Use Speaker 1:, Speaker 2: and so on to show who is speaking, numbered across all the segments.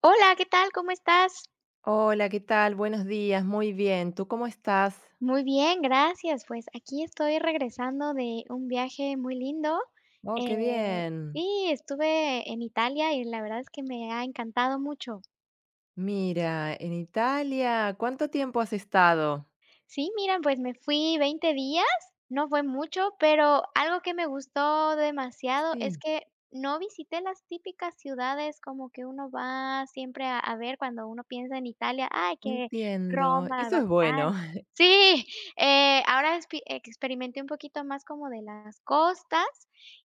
Speaker 1: Hola, ¿qué tal? ¿Cómo estás?
Speaker 2: Hola, ¿qué tal? Buenos días, muy bien. ¿Tú cómo estás?
Speaker 1: Muy bien, gracias. Pues aquí estoy regresando de un viaje muy lindo.
Speaker 2: Oh, qué
Speaker 1: Eh,
Speaker 2: bien.
Speaker 1: sí, estuve en Italia y la verdad es que me ha encantado mucho.
Speaker 2: Mira, en Italia, ¿cuánto tiempo has estado?
Speaker 1: Sí, mira, pues me fui 20 días, no fue mucho, pero algo que me gustó demasiado es
Speaker 2: Sí,
Speaker 1: que no visité las típicas ciudades como que uno va siempre a ver cuando uno piensa en Italia, ay, que
Speaker 2: entiendo.
Speaker 1: Roma,
Speaker 2: Eso es bueno.
Speaker 1: Vaticano. Sí, ahora experimenté un poquito más como de las costas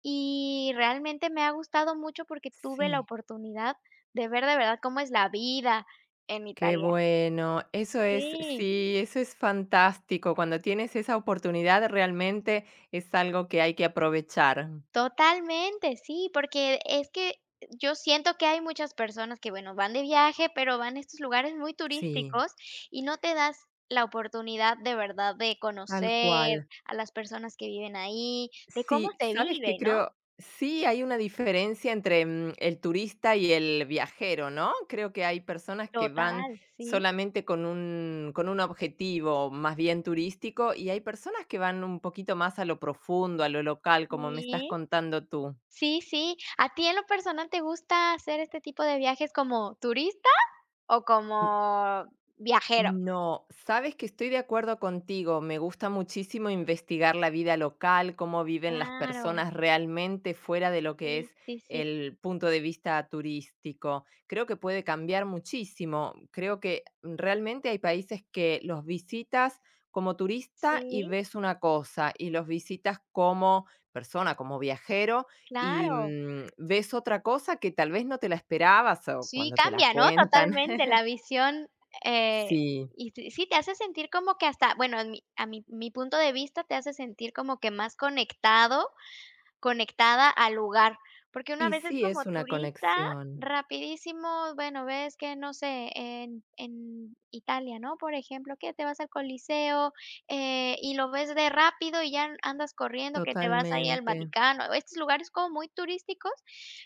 Speaker 1: y realmente me ha gustado mucho porque tuve la
Speaker 2: Sí,
Speaker 1: oportunidad de ver de verdad cómo es la vida en
Speaker 2: qué
Speaker 1: Italia.
Speaker 2: bueno. Eso es,
Speaker 1: Sí.
Speaker 2: sí, eso es fantástico. Cuando tienes esa oportunidad, realmente es algo que hay que aprovechar.
Speaker 1: Totalmente, sí, porque es que yo siento que hay muchas personas que, bueno, van de viaje, pero van a estos lugares muy
Speaker 2: Sí,
Speaker 1: turísticos y no te das la oportunidad de verdad de
Speaker 2: tal
Speaker 1: conocer
Speaker 2: cual.
Speaker 1: a las personas que viven ahí, de cómo
Speaker 2: Sí,
Speaker 1: se
Speaker 2: ¿sabes que
Speaker 1: vive, ¿no?
Speaker 2: creo? Sí, hay una diferencia entre, el turista y el viajero, ¿no? Creo que hay personas que van
Speaker 1: Total, sí,
Speaker 2: solamente con un objetivo más bien turístico, y hay personas que van un poquito más a lo profundo, a lo local, como me estás
Speaker 1: sí,
Speaker 2: contando tú.
Speaker 1: sí, sí. ¿A ti en lo personal te gusta hacer este tipo de viajes como turista o como viajero?
Speaker 2: No, sabes que estoy de acuerdo contigo. Me gusta muchísimo investigar la vida local, cómo viven las
Speaker 1: Claro,
Speaker 2: personas realmente fuera de lo que
Speaker 1: sí,
Speaker 2: es
Speaker 1: sí, sí,
Speaker 2: el punto de vista turístico. Creo que puede cambiar muchísimo. Creo que realmente hay países que los visitas como turista y
Speaker 1: sí,
Speaker 2: ves una cosa, y los visitas como persona, como viajero, y
Speaker 1: claro.
Speaker 2: ves otra cosa que tal vez no te la esperabas o
Speaker 1: Sí,
Speaker 2: cuando te la
Speaker 1: cambia, ¿no?
Speaker 2: cuentan.
Speaker 1: Totalmente la visión, eh,
Speaker 2: Sí.
Speaker 1: y sí sí te hace sentir como que hasta, bueno, en mi a mi mi punto de vista, te hace sentir como que más conectado Conectada al lugar, porque uno a
Speaker 2: Y
Speaker 1: veces
Speaker 2: sí
Speaker 1: como
Speaker 2: es una
Speaker 1: turista,
Speaker 2: conexión,
Speaker 1: rapidísimo, bueno, ves que, no sé, en Italia, ¿no? Por ejemplo, que te vas al Coliseo, y lo ves de rápido y ya andas corriendo, que te vas ahí al
Speaker 2: totalmente.
Speaker 1: Vaticano, estos lugares como muy turísticos,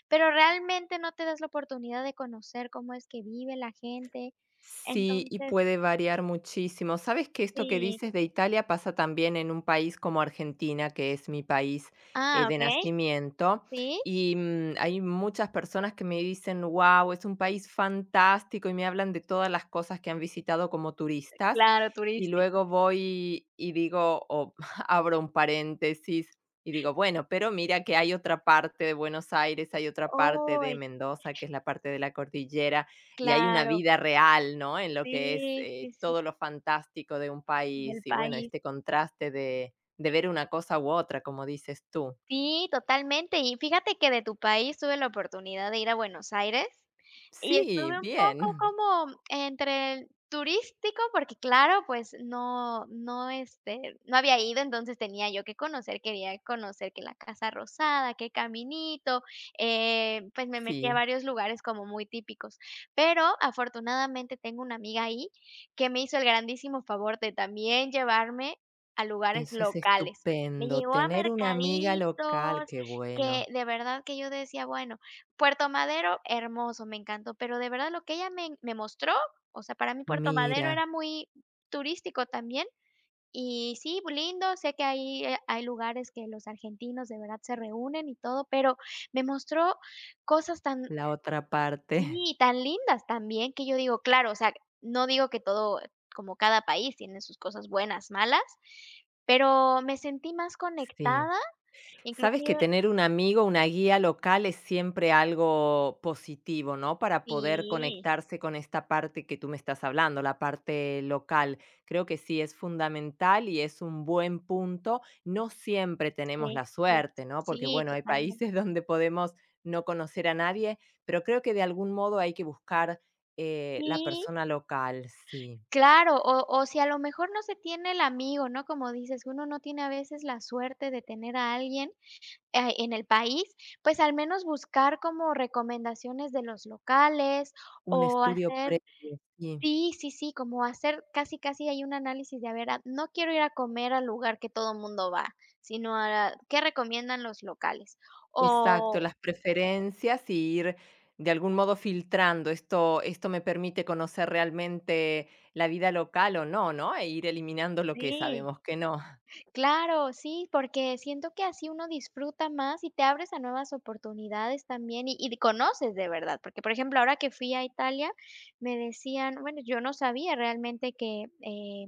Speaker 1: pero realmente no te das la oportunidad de conocer cómo es que vive la gente.
Speaker 2: Sí, y
Speaker 1: Entonces,
Speaker 2: puede variar muchísimo. Sabes que esto que
Speaker 1: sí.
Speaker 2: dices de Italia pasa también en un país como Argentina, que es mi país
Speaker 1: Ah,
Speaker 2: de
Speaker 1: okey,
Speaker 2: nacimiento.
Speaker 1: sí,
Speaker 2: Y hay muchas personas que me dicen, wow, es un país fantástico y me hablan de todas las cosas que han visitado como turistas.
Speaker 1: claro,
Speaker 2: Y
Speaker 1: turístico.
Speaker 2: luego voy y digo, o abro un paréntesis y digo, bueno, pero mira que hay otra parte de Buenos Aires, hay otra parte de
Speaker 1: Uy,
Speaker 2: Mendoza, que es la parte de la cordillera y hay una
Speaker 1: claro.
Speaker 2: vida real, ¿no? En lo que es
Speaker 1: Sí, sí, sí.
Speaker 2: todo lo fantástico de un país
Speaker 1: Del
Speaker 2: y bueno,
Speaker 1: país.
Speaker 2: este contraste de ver una cosa u otra, como dices tú.
Speaker 1: Sí, totalmente. Y fíjate que de tu país tuve la oportunidad de ir a Buenos Aires y
Speaker 2: Sí,
Speaker 1: estuve un poco
Speaker 2: bien.
Speaker 1: como entre el turístico, porque claro, pues no, no, este, no había ido, entonces tenía yo que conocer, quería conocer que la Casa Rosada, que Caminito, pues me metí a
Speaker 2: Sí,
Speaker 1: varios lugares como muy típicos. Pero afortunadamente tengo una amiga ahí que me hizo el grandísimo favor de también llevarme a lugares
Speaker 2: eso es
Speaker 1: locales. Me
Speaker 2: estupendo.
Speaker 1: llevó a
Speaker 2: Tener una amiga local,
Speaker 1: mercaditos,
Speaker 2: qué
Speaker 1: que
Speaker 2: bueno.
Speaker 1: de verdad que yo decía, bueno, Puerto Madero, hermoso, me encantó, pero de verdad lo que ella me mostró, o sea, para mí Puerto Madero
Speaker 2: Mira,
Speaker 1: era muy turístico también. Y sí, lindo, sé que ahí, hay lugares que los argentinos de verdad se reúnen y todo, pero me mostró cosas tan
Speaker 2: la otra parte.
Speaker 1: sí, tan lindas también, que yo digo, claro, o sea, no digo que todo, como cada país tiene sus cosas buenas, malas, pero me sentí más
Speaker 2: Sí.
Speaker 1: conectada.
Speaker 2: Sabes que
Speaker 1: Inclusive
Speaker 2: tener un amigo, una guía local es siempre algo positivo, ¿no? Para poder
Speaker 1: sí,
Speaker 2: conectarse con esta parte que tú me estás hablando, la parte local. Creo que sí es fundamental y es un buen punto. No siempre tenemos
Speaker 1: sí,
Speaker 2: la
Speaker 1: sí,
Speaker 2: suerte,
Speaker 1: sí,
Speaker 2: ¿no? Porque
Speaker 1: sí,
Speaker 2: bueno, hay
Speaker 1: totalmente.
Speaker 2: países donde podemos no conocer a nadie, pero creo que de algún modo hay que buscar la
Speaker 1: Sí,
Speaker 2: persona local, sí.
Speaker 1: claro, o si a lo mejor no se tiene el amigo, ¿no? Como dices, uno no tiene a veces la suerte de tener a alguien, en el país, pues al menos buscar como recomendaciones de los locales
Speaker 2: Un
Speaker 1: o
Speaker 2: estudio
Speaker 1: hacer
Speaker 2: previo, sí.
Speaker 1: sí, sí, sí, como hacer casi, casi hay un análisis de, a ver, a no quiero ir a comer al lugar que todo mundo va, sino a ¿qué recomiendan los locales?
Speaker 2: Exacto,
Speaker 1: O
Speaker 2: las preferencias y ir de algún modo filtrando. Esto me permite conocer realmente la vida local o no, ¿no? E ir eliminando lo que
Speaker 1: sí.
Speaker 2: sabemos que no.
Speaker 1: Claro, sí, porque siento que así uno disfruta más y te abres a nuevas oportunidades también y conoces de verdad, porque por ejemplo, ahora que fui a Italia, me decían, bueno, yo no sabía realmente que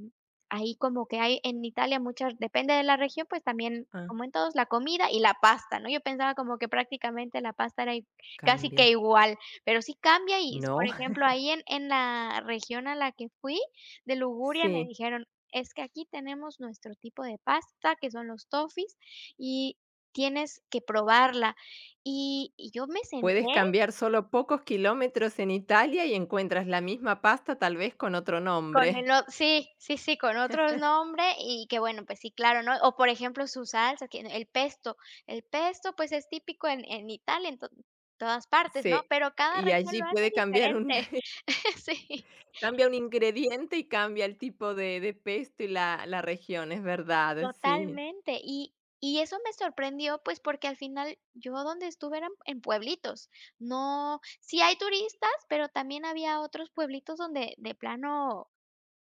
Speaker 1: ahí como que hay en Italia muchas, depende de la región, pues también
Speaker 2: Ah,
Speaker 1: como en todos, la comida y la pasta, ¿no? Yo pensaba como que prácticamente la pasta era casi que
Speaker 2: cambia.
Speaker 1: igual, pero sí cambia y, por
Speaker 2: No.
Speaker 1: ejemplo, ahí en la región a la que fui, de Luguria, me
Speaker 2: Sí,
Speaker 1: dijeron, es que aquí tenemos nuestro tipo de pasta, que son los Toffees, y tienes que probarla. Y yo me senté
Speaker 2: puedes cambiar solo pocos kilómetros en Italia y encuentras la misma pasta, tal vez con otro
Speaker 1: con
Speaker 2: nombre.
Speaker 1: el o sí, sí, sí, con otros nombres y que bueno, pues sí, claro, ¿no? O por ejemplo, su salsa, que el pesto. El pesto, pues, es típico en Italia, en to todas partes, ¿no?
Speaker 2: Sí,
Speaker 1: Pero cada
Speaker 2: y
Speaker 1: región
Speaker 2: allí
Speaker 1: lo hace
Speaker 2: puede cambiar un
Speaker 1: diferente. Sí.
Speaker 2: cambia un ingrediente y cambia el tipo de pesto y la región, es verdad, sí.
Speaker 1: Totalmente. Y eso me sorprendió, pues, porque al final yo donde estuve eran en pueblitos. No sí hay turistas, pero también había otros pueblitos donde de plano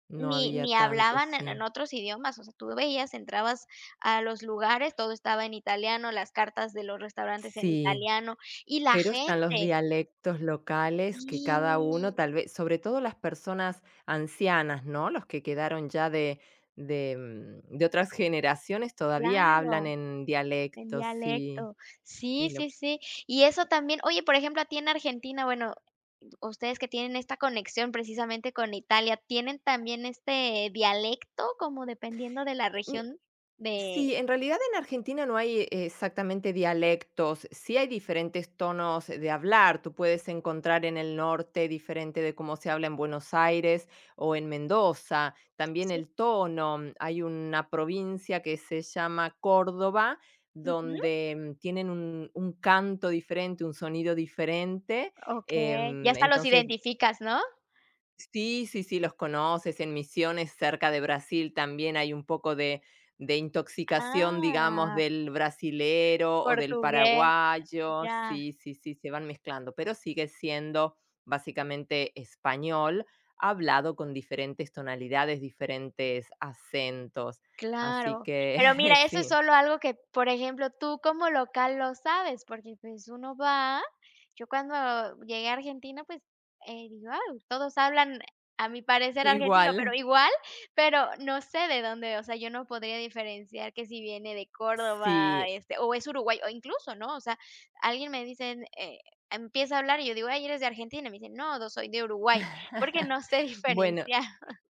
Speaker 2: No
Speaker 1: ni
Speaker 2: había tanto,
Speaker 1: hablaban en
Speaker 2: sí.
Speaker 1: en otros idiomas. O sea, tú veías, entrabas a los lugares, todo estaba en italiano, las cartas de los restaurantes en
Speaker 2: Sí,
Speaker 1: italiano, y la
Speaker 2: pero están los
Speaker 1: gente
Speaker 2: dialectos locales que cada uno
Speaker 1: sí,
Speaker 2: tal vez sobre todo las personas ancianas, ¿no? Los que quedaron ya de otras generaciones todavía hablan
Speaker 1: claro.
Speaker 2: en
Speaker 1: El
Speaker 2: dialectos, sí,
Speaker 1: dialecto.
Speaker 2: y
Speaker 1: Sí,
Speaker 2: lo
Speaker 1: sí, sí. Y eso también, oye, por ejemplo, a ti en Argentina, bueno, ustedes que tienen esta conexión precisamente con Italia, ¿tienen también este dialecto como dependiendo de la
Speaker 2: N
Speaker 1: región de
Speaker 2: Sí, en realidad en Argentina no hay exactamente dialectos, sí hay diferentes tonos de hablar. Tú puedes encontrar en el norte diferente de cómo se habla en Buenos Aires o en Mendoza, también
Speaker 1: sí?
Speaker 2: el tono. Hay una provincia que se llama Córdoba,
Speaker 1: Ujú,
Speaker 2: donde tienen un canto diferente, un sonido diferente,
Speaker 1: okey. Ya hasta los
Speaker 2: entonces.
Speaker 1: identificas, ¿no?
Speaker 2: Sí, sí, sí, los conoces. En Misiones, cerca de Brasil, también hay un poco de intoxicación, digamos,
Speaker 1: Ah,
Speaker 2: del brasilero o del
Speaker 1: portugués,
Speaker 2: paraguayo.
Speaker 1: ya.
Speaker 2: Sí, sí, sí, se van mezclando, pero sigue siendo básicamente español, hablado con diferentes tonalidades, diferentes acentos. Así
Speaker 1: Claro,
Speaker 2: que
Speaker 1: pero mira, eso es
Speaker 2: sí,
Speaker 1: solo algo que, por ejemplo, tú como local lo sabes, porque, pues, uno va yo cuando llegué a Argentina, pues, digo: "Ay, todos hablan, a mi parecer, argentino",
Speaker 2: igual.
Speaker 1: pero igual, pero no sé de dónde, o sea, yo no podría diferenciar que si viene de Córdoba,
Speaker 2: Sí.
Speaker 1: este, o es uruguayo, o incluso, ¿no? O sea, alguien me dice, empieza a hablar y yo digo: "Ay, ¿eres de Argentina?", y me dicen: "No, do soy de Uruguay", porque no sé
Speaker 2: Bueno,
Speaker 1: diferenciar.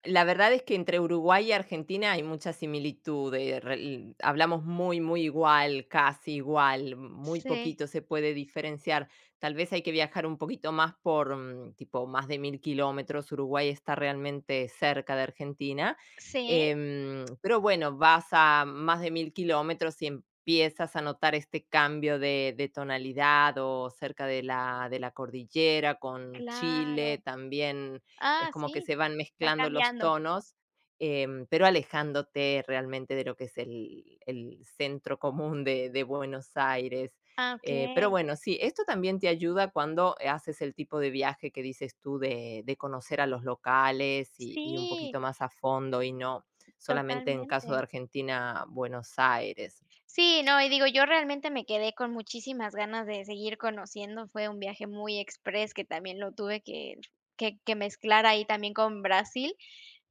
Speaker 2: la verdad es que entre Uruguay y Argentina hay mucha similitud, rel hablamos muy, muy igual, casi igual, muy
Speaker 1: Sí.
Speaker 2: poquito se puede diferenciar. Tal vez hay que viajar un poquito más por, tipo, más de 1000 kilómetros, Uruguay está realmente cerca de Argentina,
Speaker 1: Sí,
Speaker 2: pero bueno, vas a más de 1000 kilómetros y empiezas a notar este cambio de tonalidad o cerca de la cordillera, con Chile
Speaker 1: claro.
Speaker 2: también es
Speaker 1: Ah,
Speaker 2: como que
Speaker 1: sí,
Speaker 2: se van
Speaker 1: va
Speaker 2: mezclando los
Speaker 1: cambiando.
Speaker 2: tonos, pero alejándote realmente de lo que es el centro común de Buenos Aires.
Speaker 1: Ah,
Speaker 2: Pero
Speaker 1: okey.
Speaker 2: bueno, sí, esto también te ayuda cuando haces el tipo de viaje que dices tú de conocer a los locales y un
Speaker 1: Sí,
Speaker 2: poquito más a fondo, y no solamente en
Speaker 1: totalmente.
Speaker 2: caso de Argentina, Buenos Aires.
Speaker 1: Sí, no, y digo, yo realmente me quedé con muchísimas ganas de seguir conociendo. Fue un viaje muy express que también lo tuve que mezclar ahí también con Brasil,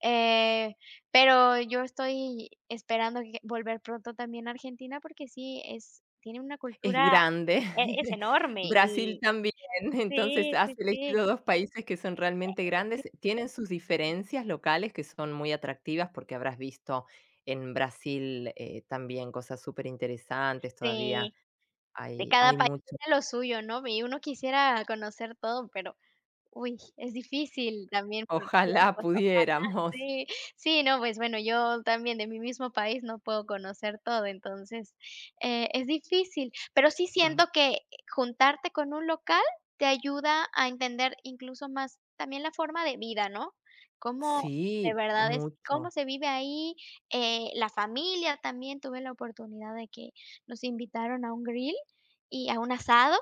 Speaker 1: eh, pero yo estoy esperando que volver pronto también a Argentina, porque sí, es tiene una
Speaker 2: Es
Speaker 1: cultura
Speaker 2: grande.
Speaker 1: es enorme
Speaker 2: Brasil
Speaker 1: y
Speaker 2: también. Entonces,
Speaker 1: sí,
Speaker 2: has
Speaker 1: sí, sí,
Speaker 2: elegido 2 países que son realmente grandes. Tienen sus diferencias locales que son muy atractivas, porque habrás visto en Brasil, también cosas súper interesantes. Todavía
Speaker 1: sí, de
Speaker 2: hay
Speaker 1: cada
Speaker 2: hay
Speaker 1: país
Speaker 2: mucho.
Speaker 1: tiene lo suyo, ¿no? Y uno quisiera conocer todo, pero, uy, es difícil también por
Speaker 2: Ojalá
Speaker 1: tiempo.
Speaker 2: pudiéramos.
Speaker 1: Sí, sí, no, pues bueno, yo también de mi mismo país no puedo conocer todo, entonces, es difícil, pero sí
Speaker 2: Ah,
Speaker 1: siento que juntarte con un local te ayuda a entender incluso más también la forma de vida, ¿no? Cómo de
Speaker 2: sí,
Speaker 1: verdad es cómo
Speaker 2: mucho.
Speaker 1: se vive ahí, la familia también, tuve la oportunidad de que nos invitaron a un grill y a un asado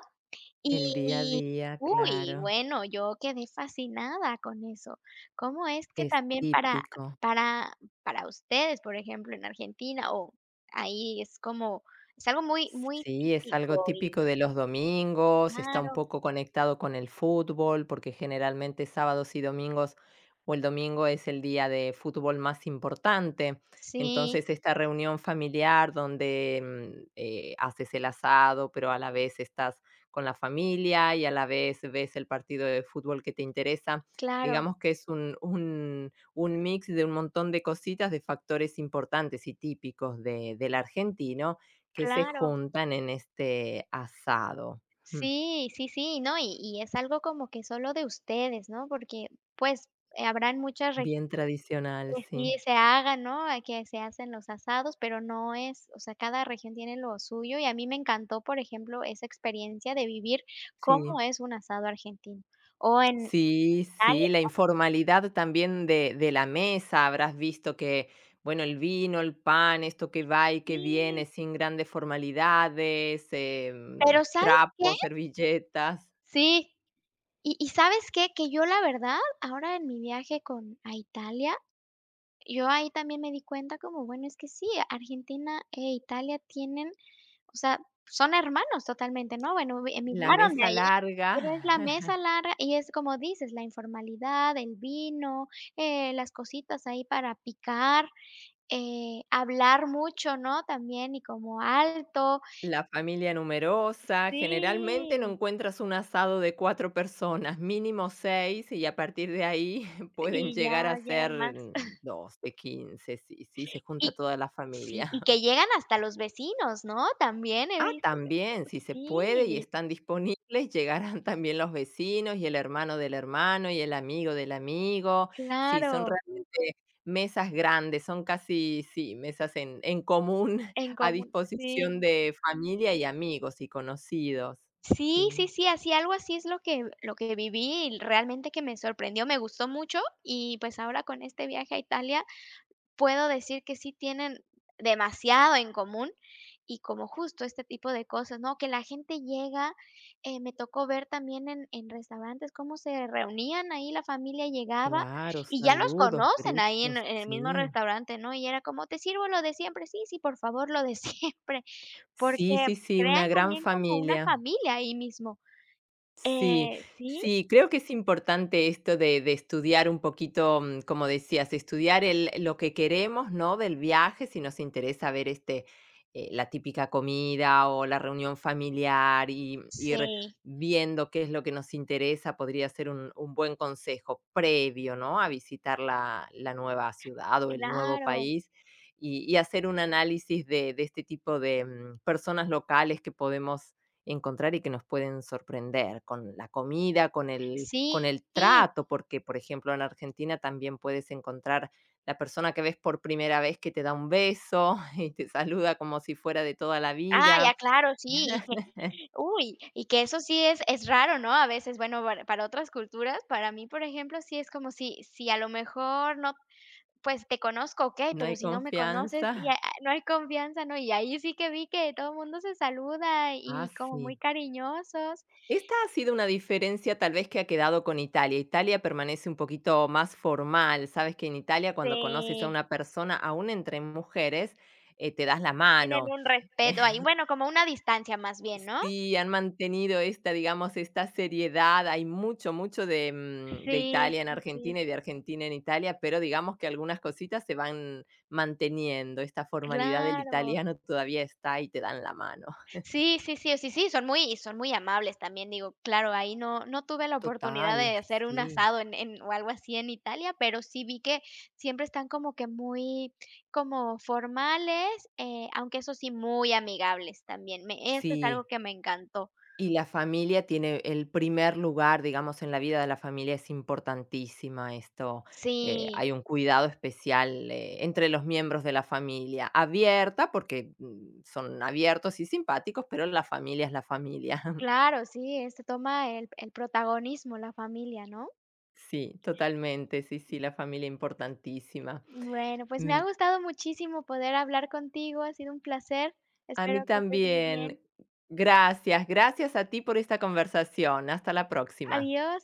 Speaker 2: El día a
Speaker 1: y,
Speaker 2: día,
Speaker 1: uy,
Speaker 2: claro,
Speaker 1: bueno, yo quedé fascinada con eso. ¿Cómo es que
Speaker 2: es
Speaker 1: también
Speaker 2: típico.
Speaker 1: para para ustedes, por ejemplo, en Argentina, o ahí es como es algo muy muy
Speaker 2: Sí, es algo
Speaker 1: típico y
Speaker 2: típico de los domingos, está un
Speaker 1: claro,
Speaker 2: poco conectado con el fútbol, porque generalmente sábados y domingos, o el domingo es el día de fútbol más importante.
Speaker 1: sí,
Speaker 2: Entonces, esta reunión familiar donde haces el asado, pero a la vez estás con la familia y a la vez ves el partido de fútbol que te interesa,
Speaker 1: claro,
Speaker 2: digamos que es un mix de un montón de cositas, de factores importantes y típicos del argentino que se
Speaker 1: claro.
Speaker 2: juntan en este asado. Mm,
Speaker 1: Sí, sí, sí, no, y es algo como que solo de ustedes, ¿no? Porque, pues, habrán muchas.
Speaker 2: Bien tradicional,
Speaker 1: Que
Speaker 2: sí,
Speaker 1: sí se haga, ¿no? A que se hacen los asados, pero no es, o sea, cada región tiene lo suyo y a mí me encantó, por ejemplo, esa experiencia de vivir
Speaker 2: sí.
Speaker 1: cómo es un asado argentino o en
Speaker 2: Sí,
Speaker 1: Italia,
Speaker 2: sí, la informalidad también de la mesa, habrás visto que, bueno, el vino, el pan, esto que va y que
Speaker 1: sí,
Speaker 2: viene sin grandes formalidades,
Speaker 1: pero ¿sabes qué?
Speaker 2: trapos, servilletas,
Speaker 1: Sí, y ¿sabes qué? Que yo la verdad, ahora en mi viaje con a Italia, yo ahí también me di cuenta como, bueno, es que sí, Argentina e Italia tienen. O sea, son hermanos totalmente, ¿no? Bueno, vi
Speaker 2: la
Speaker 1: emigraron de
Speaker 2: mesa
Speaker 1: allá, pero es la
Speaker 2: larga.
Speaker 1: mesa larga y es como dices, la informalidad, el vino, las cositas ahí para picar, hablar mucho, ¿no? También y como alto.
Speaker 2: La familia numerosa, generalmente no
Speaker 1: Sí,
Speaker 2: encuentras un asado de cuatro personas, mínimo seis, y a partir de ahí pueden
Speaker 1: y
Speaker 2: llegar a
Speaker 1: ya llegan
Speaker 2: ser
Speaker 1: más
Speaker 2: dos de 15, sí, sí, se junta
Speaker 1: y
Speaker 2: toda la
Speaker 1: sí, y
Speaker 2: familia.
Speaker 1: que llegan hasta los vecinos, ¿no? También he
Speaker 2: Ah,
Speaker 1: visto.
Speaker 2: también, si se puede y
Speaker 1: Sí,
Speaker 2: están disponibles, llegarán también los vecinos y el hermano del hermano y el amigo del amigo. Sí, son
Speaker 1: claro,
Speaker 2: realmente mesas grandes, son casi, sí, mesas en común
Speaker 1: en
Speaker 2: a
Speaker 1: común, sí.
Speaker 2: disposición de familia y amigos y conocidos.
Speaker 1: Sí,
Speaker 2: Sí.
Speaker 1: sí, sí, así algo así es lo que viví y realmente que me sorprendió, me gustó mucho y, pues, ahora con este viaje a Italia puedo decir que sí tienen demasiado en común y como justo este tipo de cosas, ¿no? Que la gente llega, me tocó ver también en restaurantes cómo se reunían ahí, la familia llegaba
Speaker 2: Claro,
Speaker 1: y ya los
Speaker 2: saludos,
Speaker 1: conocen ahí en
Speaker 2: gritos,
Speaker 1: en el mismo
Speaker 2: sí.
Speaker 1: restaurante, ¿no? Y era como: "Te sirvo lo de siempre", "Sí, sí, por favor, lo de siempre", porque
Speaker 2: Sí, sí, sí, una
Speaker 1: crean
Speaker 2: gran
Speaker 1: también como una
Speaker 2: familia.
Speaker 1: familia ahí mismo.
Speaker 2: Sí,
Speaker 1: Sí.
Speaker 2: sí, creo que es importante esto de estudiar un poquito, como decías, estudiar el lo que queremos, ¿no?, del viaje, si nos interesa ver, la típica comida o la reunión familiar, y ir
Speaker 1: Sí,
Speaker 2: viendo qué es lo que nos interesa, podría ser un buen consejo previo, ¿no?, a visitar la nueva ciudad o el nuevo
Speaker 1: claro.
Speaker 2: país, y hacer un análisis de este tipo de, personas locales que podemos encontrar y que nos pueden sorprender con la comida, con el con
Speaker 1: Sí.
Speaker 2: el trato, porque, por ejemplo, en Argentina también puedes encontrar la persona que ves por primera vez que te da un beso y te saluda como si fuera de toda la
Speaker 1: Ah,
Speaker 2: vida.
Speaker 1: ya, claro, sí, y que uy, y que eso sí es raro, ¿no? A veces, bueno, para otras culturas, para mí, por ejemplo, sí es como si a lo mejor no pues te conozco, okey,
Speaker 2: No
Speaker 1: pero
Speaker 2: hay
Speaker 1: si no me conoces ya
Speaker 2: confianza.
Speaker 1: no hay confianza, ¿no? Y ahí sí que vi que todo el mundo se saluda
Speaker 2: Ah,
Speaker 1: y como
Speaker 2: sí.
Speaker 1: muy cariñosos,
Speaker 2: Esta ha sido una diferencia tal vez que ha quedado con Italia. Italia permanece un poquito más formal. Sabes que en Italia cuando conoces a
Speaker 1: se
Speaker 2: una persona, aún entre mujeres, te das la
Speaker 1: tienen
Speaker 2: mano.
Speaker 1: un respeto ahí, bueno, como una distancia más bien, ¿no?
Speaker 2: Sí, han mantenido esta, digamos, esta seriedad. Hay mucho, mucho de
Speaker 1: Sí,
Speaker 2: Italia en
Speaker 1: sí, sí,
Speaker 2: Argentina y de Argentina en Italia, pero digamos que algunas cositas se van manteniendo. Esta formalidad del
Speaker 1: claro.
Speaker 2: italiano todavía está y te dan la mano.
Speaker 1: Sí, sí, sí, sí, sí, son muy y son muy amables también, digo, claro, ahí no no tuve la oportunidad
Speaker 2: Total,
Speaker 1: de hacer un
Speaker 2: sí,
Speaker 1: asado en o algo así en Italia, pero sí vi que siempre están como que muy como formales, aunque eso sí, muy amigables también, me eso es algo
Speaker 2: sí.
Speaker 1: que me encantó.
Speaker 2: Y la familia tiene el primer lugar, digamos, en la vida de la familia es importantísima esto. Eh,
Speaker 1: Sí,
Speaker 2: hay un cuidado especial, entre los miembros de la familia, abierta, porque, son abiertos y simpáticos, pero la familia es la familia.
Speaker 1: claro, sí, este toma el protagonismo, la familia, ¿no?
Speaker 2: Sí, totalmente, sí, sí, la familia importantísima.
Speaker 1: Bueno, pues me
Speaker 2: Mm,
Speaker 1: ha gustado muchísimo poder hablar contigo, ha sido un placer,
Speaker 2: a mí
Speaker 1: espero que estés muy bien.
Speaker 2: también. Gracias, gracias a ti por esta conversación. Hasta la próxima.
Speaker 1: Adiós.